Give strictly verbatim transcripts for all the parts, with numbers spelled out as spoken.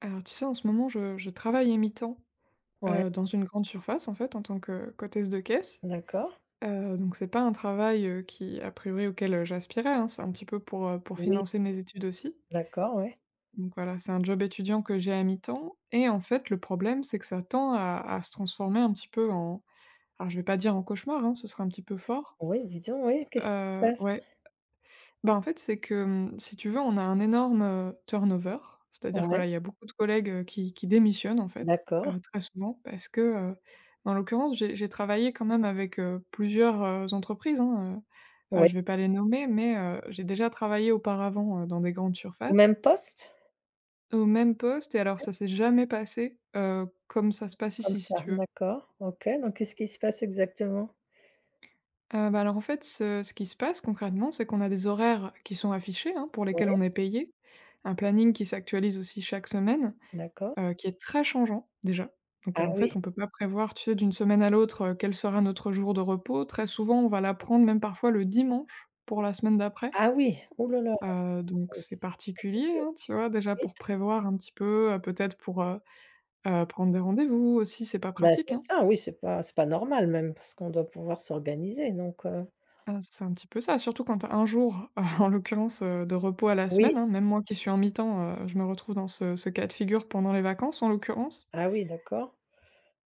Alors, tu sais, en ce moment, je, je travaille à mi-temps Ouais, euh, dans une grande surface, en fait, en tant que côtesse de caisse. d'accord. Euh, donc, c'est pas un travail euh, qui, a priori, auquel euh, j'aspirais, hein. C'est un petit peu pour, euh, pour Oui, financer mes études aussi. d'accord, ouais. Donc, voilà, c'est un job étudiant que j'ai à mi-temps. Et en fait, le problème, c'est que ça tend à, à se transformer un petit peu en. Alors, je vais pas dire en cauchemar, hein, ce serait un petit peu fort. Oui, dis donc, oui, qu'est-ce qui se Euh, passe? Ouais. Bah, en fait, c'est que, mmh, si tu veux, on a un énorme, heu, turnover. C'est-à-dire que, voilà, Ouais, il y a beaucoup de collègues, heu, qui qui démissionnent, en fait, d'accord. heu, très souvent parce que, heu, en l'occurrence, j'ai j'ai travaillé quand même avec, heu, plusieurs, heu, entreprises, hein, heu, heu, Ouais, je vais pas les nommer, mais, heu, j'ai déjà travaillé auparavant, heu, dans des grandes au même surfaces, poste? au même poste et alors Ouais, ça s'est jamais passé, heu, comme ça se passe comme ici, si ça, tu veux. d'accord, OK, donc qu'est-ce qui se passe exactement? Heu, bah, alors, en fait, ce ce qui se passe concrètement, c'est qu'on a des horaires qui sont affichés, hein, pour lesquels Oui, on est payé. Un planning qui s'actualise aussi chaque semaine, d'accord. heu, qui est très changeant, déjà. Donc, heu, Ah en oui, fait, on peut pas prévoir, tu sais, d'une semaine à l'autre, heu, quel sera notre jour de repos. c'est Très diffi souvent, on va l'apprendre même parfois le dimanche pour la semaine d'après. ah oui, ouh là là, Heu, donc oui, c'est c'est particulier, OK, hein, tu vois? Déjà oui. pour prévoir un petit peu, heu, peut-être pour, heu heu, prendre des rendez-vous aussi, c'est pas Bah, pratique, c'est hein. ça, oui, c'est pas c'est pas normal même parce qu'on doit pouvoir s'organiser donc heu, Heu, c'est un petit peu ça, surtout quand tu as un jour, en l'occurrence, heu, de repos à la oui, semaine, hein. Même moi qui suis en mi-temps, heu, je me retrouve dans ce ce cas de figure pendant les vacances, en l'occurrence. ah oui, d'accord,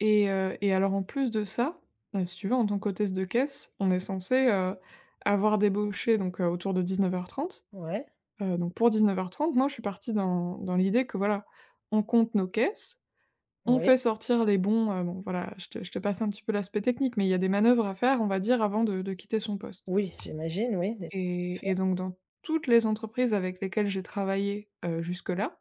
Et heu et alors en plus de ça, heu, si tu veux, en tant qu'hôtesse de caisse, on est censé, heu, avoir débauché donc heu, autour de dix-neuf heures trente, ouais, heu, donc pour dix-neuf heures trente, moi je suis partie dans dans l'idée que voilà, on compte nos caisses, on oui, fait sortir les bons, heu, bon voilà, je te je te passe un petit peu l'aspect technique, mais il y a des manœuvres à faire, on va dire, avant de de quitter son poste. oui, j'imagine, oui, des Et et donc dans toutes les entreprises avec lesquelles j'ai travaillé, heu, jusque-là,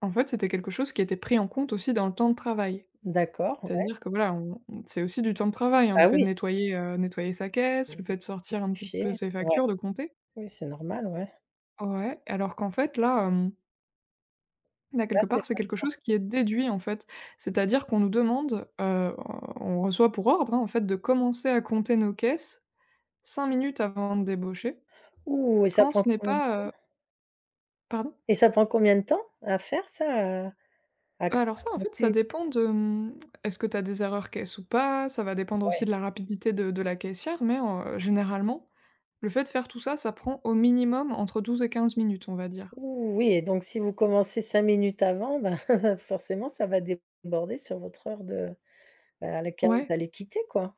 en fait, c'était quelque chose qui était pris en compte aussi dans le temps de travail. d'accord, ouais, C'est-à-dire que voilà, on on c'est aussi du temps de travail, hein, le bah fait de oui, nettoyer, heu, nettoyer sa vous caisse, le vous fait de sortir un petit peu ses ouais. factures, de compter. Oui, c'est normal, ouais. Ouais, alors qu'en fait là, hem, là Là, quelque c'est part, c'est pas le quelque cas. chose qui est déduit, en fait. C'est-à-dire qu'on nous demande, heu, on reçoit pour ordre, hein, en fait, de commencer à compter nos caisses cinq minutes avant de débaucher, Ouh et ça quand prend ce n'est combien pas, heu pardon? et ça prend combien de temps à faire ça, à à à Bah, alors ça, en fait, ça compter? dépend de, mmh, est-ce que tu as des erreurs caisse ou pas? Ça va dépendre aussi Ouais. de la rapidité de de la caissière, mais heu, généralement, le fait de faire tout ça, ça prend au minimum entre douze et quinze minutes, on va dire. Ouh, oui et donc si vous commencez cinq minutes avant, ben, forcément, ça va déborder sur votre heure de bah, à laquelle vous Ouais, allez quitter, quoi.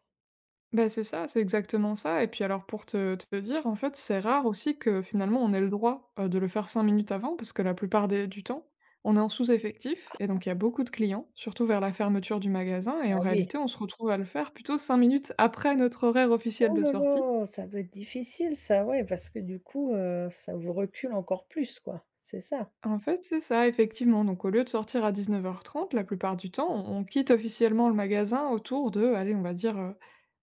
bah, c'est ça, c'est exactement ça et puis alors pour te te dire, en fait, c'est rare aussi que finalement on ait le droit, heu, de le faire cinq minutes avant parce que la plupart des du temps, on est en sous-effectif et donc il y a beaucoup de clients, surtout vers la fermeture du magasin et Ah en oui. réalité, on se retrouve à le faire plutôt cinq minutes après notre horaire officiel Oh de là sortie. là, ça doit être difficile ça, ouais, parce que du coup, heu, ça vous recule encore plus, quoi, c'est ça? En fait, c'est ça, effectivement. Donc, au lieu de sortir à dix-neuf heures trente, la plupart du temps, on on quitte officiellement le magasin autour de, allez, on va dire, heu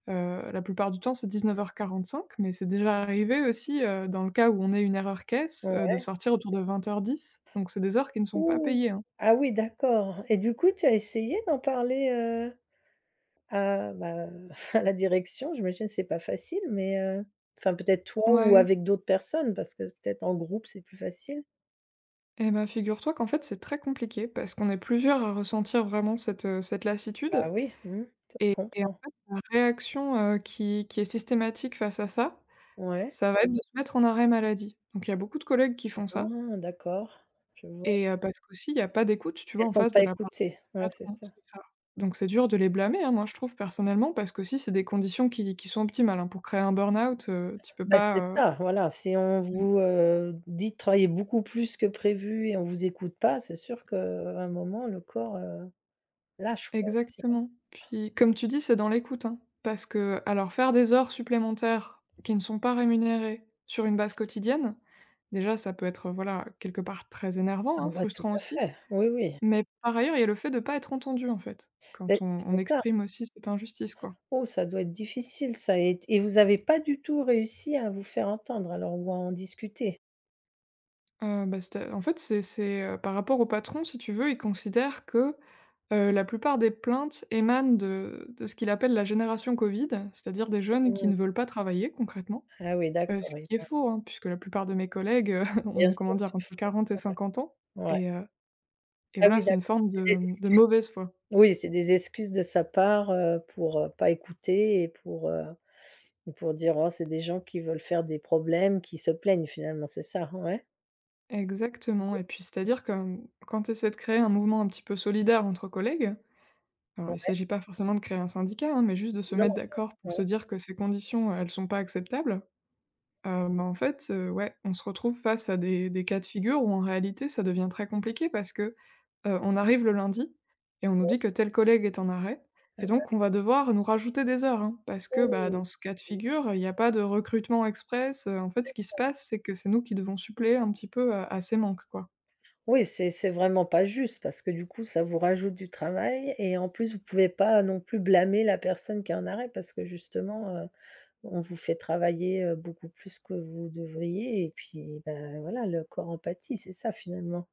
heu, la plupart du temps, c'est dix-neuf heures quarante-cinq, mais c'est déjà arrivé aussi, heu, dans le cas où on ait une erreur caisse, heu, Ouais. de sortir autour de vingt heures dix. Donc, c'est des heures qui ne sont pas Ouh! payées, hein. Ah oui, d'accord et du coup, tu as essayé d'en parler, euh, ah bah, à la direction, j'imagine c'est pas facile, mais heu, enfin peut-être toi ou Ouais. avec d'autres personnes parce que peut-être en groupe c'est plus facile. Et ben figure-toi qu'en fait, c'est très compliqué parce qu'on est plusieurs à ressentir vraiment cette, heu, cette Bah lassitude oui, mmh, ça se et et en comprend. fait, la réaction, heu, qui qui est systématique face à ça, Ouais. ça va être de se mettre en arrêt maladie. Donc il y a beaucoup de collègues qui font ça Ah d'accord, je vois. et heu, parce qu'aussi il y a pas d'écoute, tu vois, Elles en sont face de pas la part du écoutées, ouais c'est patron, ça. c'est ça. Donc c'est dur de les blâmer, hein, moi je trouve personnellement, parce qu'aussi c'est des conditions qui qui sont optimales, hein. Pour créer un burn-out, heu, tu peux Bah c'est pas, heu ça, voilà, si on mmh, vous, heu, dit de travailler beaucoup plus que prévu et on vous écoute pas, c'est sûr qu'à un moment le corps, heu, lâche quoi aussi. exactement. Puis comme tu dis, c'est dans l'écoute, hein, parce que alors faire des heures supplémentaires qui ne sont pas rémunérées sur une base quotidienne, déjà ça peut être, voilà, quelque part très énervant, Ah hein, bah tout frustrant à aussi. fait, oui, oui. Mais par ailleurs, il y a le fait de pas être entendu, en fait, quand Beh, on c'est on ça. exprime aussi cette injustice, quoi. Oh, ça doit être difficile ça et et vous avez pas du tout réussi à vous faire entendre alors ou à en discuter? Heu, bah, cest en fait, c'est c'est, heu, par rapport au patron, si tu veux, il considère que, heu, la plupart des plaintes émanent de de ce qu'il appelle la génération Covid, c'est-à-dire des jeunes qui Mmh. ne veulent pas travailler concrètement. Ah oui Heu, d'accord, Ce oui, qui est ouais. faux, hein, puisque la plupart de mes collègues, heu, Bien ont, sûr, comment c'est- dire, entre quarante et cinquante ans ouais. et heu et Ah voilà, oui c'est une d'accord, forme c'est de, des mmh, de excuses. mauvaise foi. Oui, c'est des excuses de sa part, heu, pour, heu, pas écouter et pour, heu, pour dire: «Oh c'est des gens qui veulent faire des problèmes, qui se plaignent» finalement, c'est ça? Hein, Ouais? Exactement et puis, c'est-à-dire que, mmh, quand tu essaies de créer un mouvement un petit peu solidaire entre collègues. Alors, il s'agit pas forcément de créer un syndicat, hein, mais juste de se Non, mettre d'accord pour se ouais. dire que ces conditions, heu, elles sont pas acceptables. Heu, bah, en fait, heu, ouais, on se retrouve face à des des cas de figure où en réalité ça devient très compliqué parce que, heu, on arrive le lundi et on nous dit que tel collègue est en arrêt et donc on va devoir nous rajouter des heures, hein, parce que, bah, dans ce cas de Mmh. figure, il n'y a pas de recrutement express, heu, en fait, ce qui se passe, c'est que c'est nous qui devons suppléer un petit peu à à ces manques, quoi. Oui, c'est c'est vraiment pas juste parce que du coup, ça vous rajoute du travail et en plus, vous pouvez pas non plus blâmer la personne qui est en arrêt parce que justement, heu, on vous fait travailler, heu, beaucoup plus que vous devriez et puis, ben voilà, le corps en pâtit, c'est ça finalement.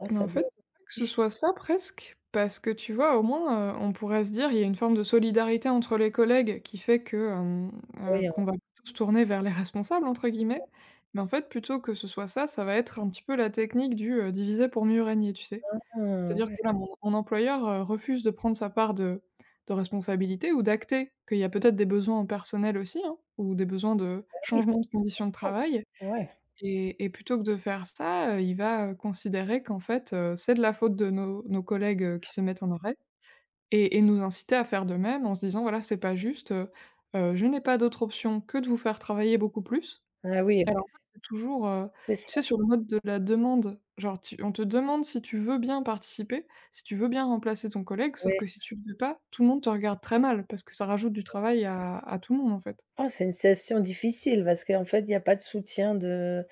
Ah Mais en ça fait, doit être que ce soit difficile. ça presque, parce que tu vois, au moins, heu, on pourrait se dire, il y a une forme de solidarité entre les collègues qui fait que, hem, heu, Oui, hein. qu'on va tous tourner vers «les responsables» entre guillemets. Mais en fait, plutôt que ce soit ça, ça va être un petit peu la technique du, heu, diviser pour mieux régner, tu sais? ah C'est-à-dire ouais, que là, mon mon employeur, heu, refuse de prendre sa part de de responsabilité ou d'acter qu'il y a peut-être des besoins en personnel aussi, hein, ou des besoins de ah oui, changement de conditions de oh, travail. ouais, Et et plutôt que de faire ça, heu, il va, heu, considérer qu'en fait, heu, c'est de la faute de nos nos collègues, heu, qui se mettent en arrêt et et nous inciter à faire de même en se disant: «Voilà, c'est pas juste, heu heu, je n'ai pas d'autre option que de vous faire travailler beaucoup plus». ah oui, Alors ça, c'est toujours, heu, c'est tu ça, sais, sur le mode de la demande. Genre tu on te demande si tu veux bien participer, si tu veux bien remplacer ton collègue, sauf ouais. que si tu le fais pas, tout le monde te regarde très mal parce que ça rajoute du travail à à tout le monde, en fait. Ah c'est une session difficile parce qu'en fait, il y a pas de soutien de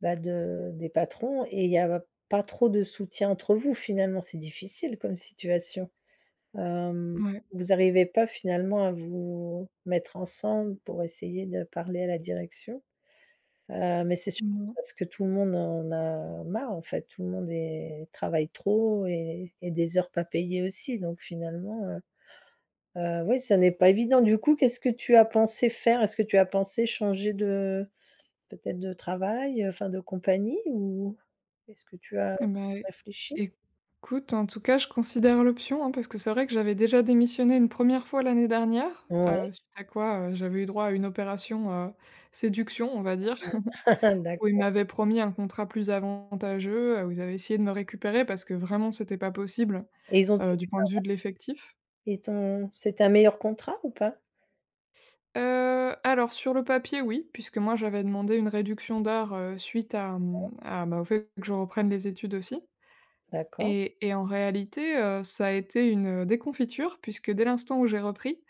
bah, de des patrons et il y a pas trop de soutien entre vous finalement, c'est difficile comme situation. Hem, Ouais. vous arrivez pas finalement à vous mettre ensemble pour essayer de parler à la direction? Heu, mais c'est surtout parce que tout le monde en a marre en fait, tout le monde est travaille trop et et des heures pas payées aussi donc finalement, heu heu, oui, ça n'est pas évident. Du coup, qu'est-ce que tu as pensé faire? Est-ce que tu as pensé changer de peut-être de travail, enfin de compagnie ou est-ce que tu as Eh ben, réfléchi? écoute, en tout cas, je considère l'option, hein, parce que c'est vrai que j'avais déjà démissionné une première fois l'année dernière, Ouais, heu, suite à quoi, heu, j'avais eu droit à une opération, heu, séduction, on va dire, où ils d'accord. m'avaient promis un contrat plus avantageux, heu, où ils avaient essayé de me récupérer parce que vraiment c'était pas possible, Et ils ont heu, du tenu point de vue parole? de l'effectif. Ils t'ont c'était un meilleur contrat ou pas? Heu, alors sur le papier, oui, puisque moi j'avais demandé une réduction d'heures, heu, suite à, mmh, à bah, au fait que je reprenne les études aussi. D'accord. Et et en réalité, heu, ça a été une déconfiture puisque dès l'instant où j'ai repris,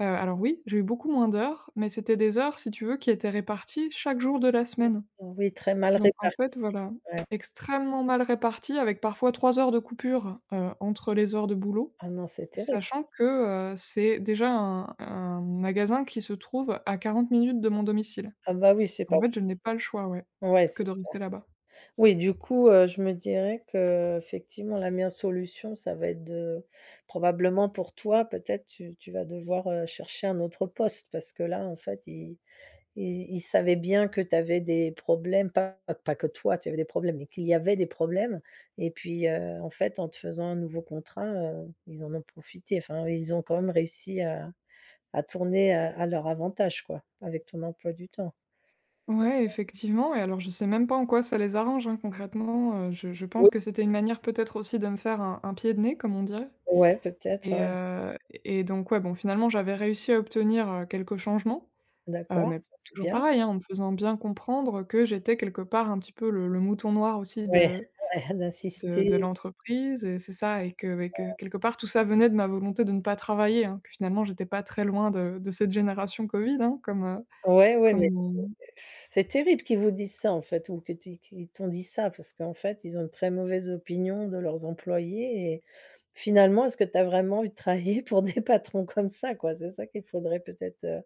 heu, alors oui, j'ai eu beaucoup moins d'heures, mais c'était des heures, si tu veux, qui étaient réparties chaque jour de la semaine. Oui, très mal Donc en fait, réparti. voilà, Ouais. extrêmement mal réparties avec parfois trois heures de coupure, heu, entre les heures de boulot, Ah non, c'est terrible. sachant que, heu, c'est déjà un un magasin qui se trouve à quarante minutes de mon domicile. Ah bah oui, c'est En pas fait, je n'ai possible. pas le choix, ouais, Ouais, que c'est de ça. rester là-bas. Oui, du coup, heu, je me dirais que effectivement, la meilleure solution, ça va être de probablement pour toi, peut-être tu tu vas devoir, heu, chercher un autre poste parce que là, en fait, ils Ils ils savaient bien que tu avais des problèmes, pas pas que toi tu avais des problèmes, mais qu'il y avait des problèmes et puis, heu, en fait, en te faisant un nouveau contrat, heu, ils en ont profité. Enfin, ils ont quand même réussi à à tourner à à leur avantage, quoi, avec ton emploi du temps. Ouais, effectivement et alors je sais même pas en quoi ça les arrange, hein, concrètement, heu, je je pense Oui, que c'était une manière peut-être aussi de me faire un un pied de nez comme on dirait ouais, peut-être, et ouais. heu et donc ouais, bon finalement j'avais réussi à obtenir, heu, quelques changements, heu, D'accord, mais ça c'est toujours bien. pareil, hein, en me faisant bien comprendre que j'étais quelque part un petit peu le le mouton noir aussi Ouais, de ouais, de d'insister. de l'entreprise et c'est ça et que et que quelque part tout ça venait de ma volonté de ne pas travailler, hein, que finalement j'étais pas très loin de de cette génération Covid, hein, comme, heu, Ouais, ouais, mais comme c'est terrible qu'ils vous disent ça en fait ou que tu qu'ils t'ont dit ça parce qu'en fait, ils ont une très mauvaise opinion de leurs employés et finalement, est-ce que tu as vraiment eu de travailler pour des patrons comme ça quoi? C'est ça qu'il faudrait peut-être, heu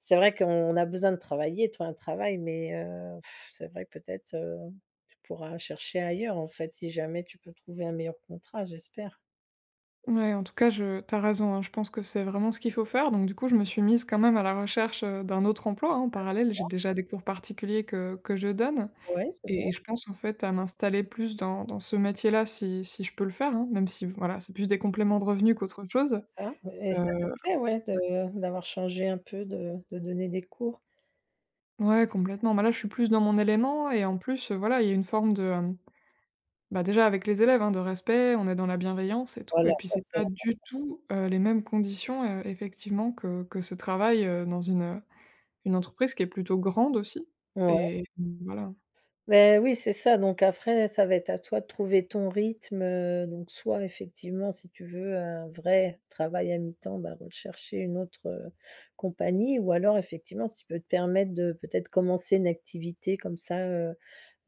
c'est vrai qu'on a besoin de travailler, toi un travail, mais heu, c'est vrai que peut-être, heu, tu pourras chercher ailleurs en fait, si jamais tu peux trouver un meilleur contrat, j'espère. Ouais, en tout cas, je tu as raison, hein, je pense que c'est vraiment ce qu'il faut faire. Donc du coup, je me suis mise quand même à la recherche, heu, d'un autre emploi, hein, en parallèle. J'ai déjà des cours particuliers que que je donne Ouais, c'est bien, et et je pense, en fait, à m'installer plus dans dans ce métier-là si si je peux le faire, hein, même si, voilà, c'est plus des compléments de revenus qu'autre chose. ça et ça te Heu, plaît, ouais, de d'avoir changé un peu, de de donner des cours? ouais, complètement. Bah, là, je suis plus dans mon élément et en plus, heu, voilà, il y a une forme de, hem, bah, déjà avec les élèves, hein, de respect, on est dans la bienveillance et tout Voilà, et puis ça c'est c'est pas du tout, heu, les mêmes conditions, heu, effectivement que que ce travail, heu, dans une, Une entreprise qui est plutôt grande aussi ouais. et voilà. Ben oui, c'est ça, donc après ça va être à toi de trouver ton rythme, heu, donc soit effectivement si tu veux un vrai travail à mi-temps, bah, rechercher une autre, heu, compagnie ou alors effectivement si tu peux te permettre de peut-être commencer une activité comme ça, heu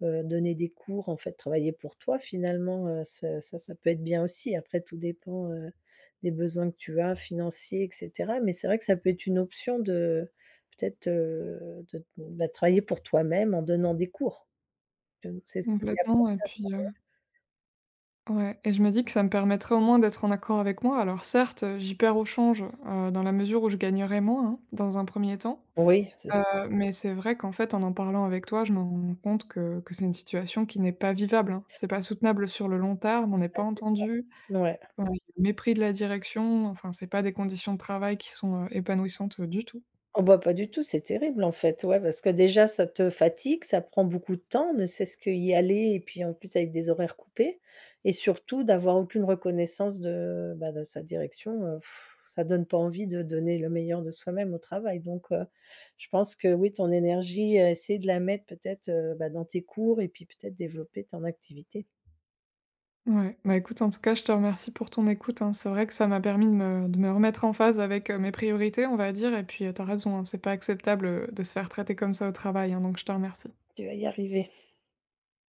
heu, donner des cours en fait, travailler pour toi finalement, heu, ça ça ça peut être bien aussi. Après tout dépend, heu, des besoins que tu as financiers et cetera, mais c'est vrai que ça peut être une option de peut-être, heu, de, bah, travailler pour toi-même en donnant des cours. J'avoue que c'est tu y as Complètement pensé et à ça? puis, heu, ouais et je me dis que ça me permettrait au moins d'être en accord avec moi. Alors certes, euh, j'y perds au change, heu, dans la mesure où je gagnerais moins, hein, dans un premier temps, Oui, c'est heu, sûr. mais c'est vrai qu'en fait, en en parlant avec toi, je me rends compte que que c'est une situation qui n'est pas vivable, hein. C'est pas soutenable sur le long terme, on n'est Bah, pas c'est ça. entendu, Ouais. heu, il y a mépris de la direction, enfin, c'est pas des conditions de travail qui sont, heu, épanouissantes, heu, du tout. Oh bah, pas du tout, c'est terrible en fait, ouais, parce que déjà ça te fatigue, ça prend beaucoup de temps, ne cesse qu'y aller et puis en plus avec des horaires coupés et surtout d'avoir aucune reconnaissance de, bah, de sa direction, heu, ça donne pas envie de donner le meilleur de soi-même au travail donc heu, je pense que oui, ton énergie, heu, essayer de la mettre peut-être, heu, bah, dans tes cours et puis peut-être développer ton activité. Ouais, bah, écoute, en tout cas, je te remercie pour ton écoute, hein. C'est vrai que ça m'a permis de me de me remettre en phase avec, heu, mes priorités, on va dire et puis, heu, tu raison, hein, c'est pas acceptable, heu, de se faire traiter comme ça au travail, hein, donc je te remercie. Tu vas y arriver.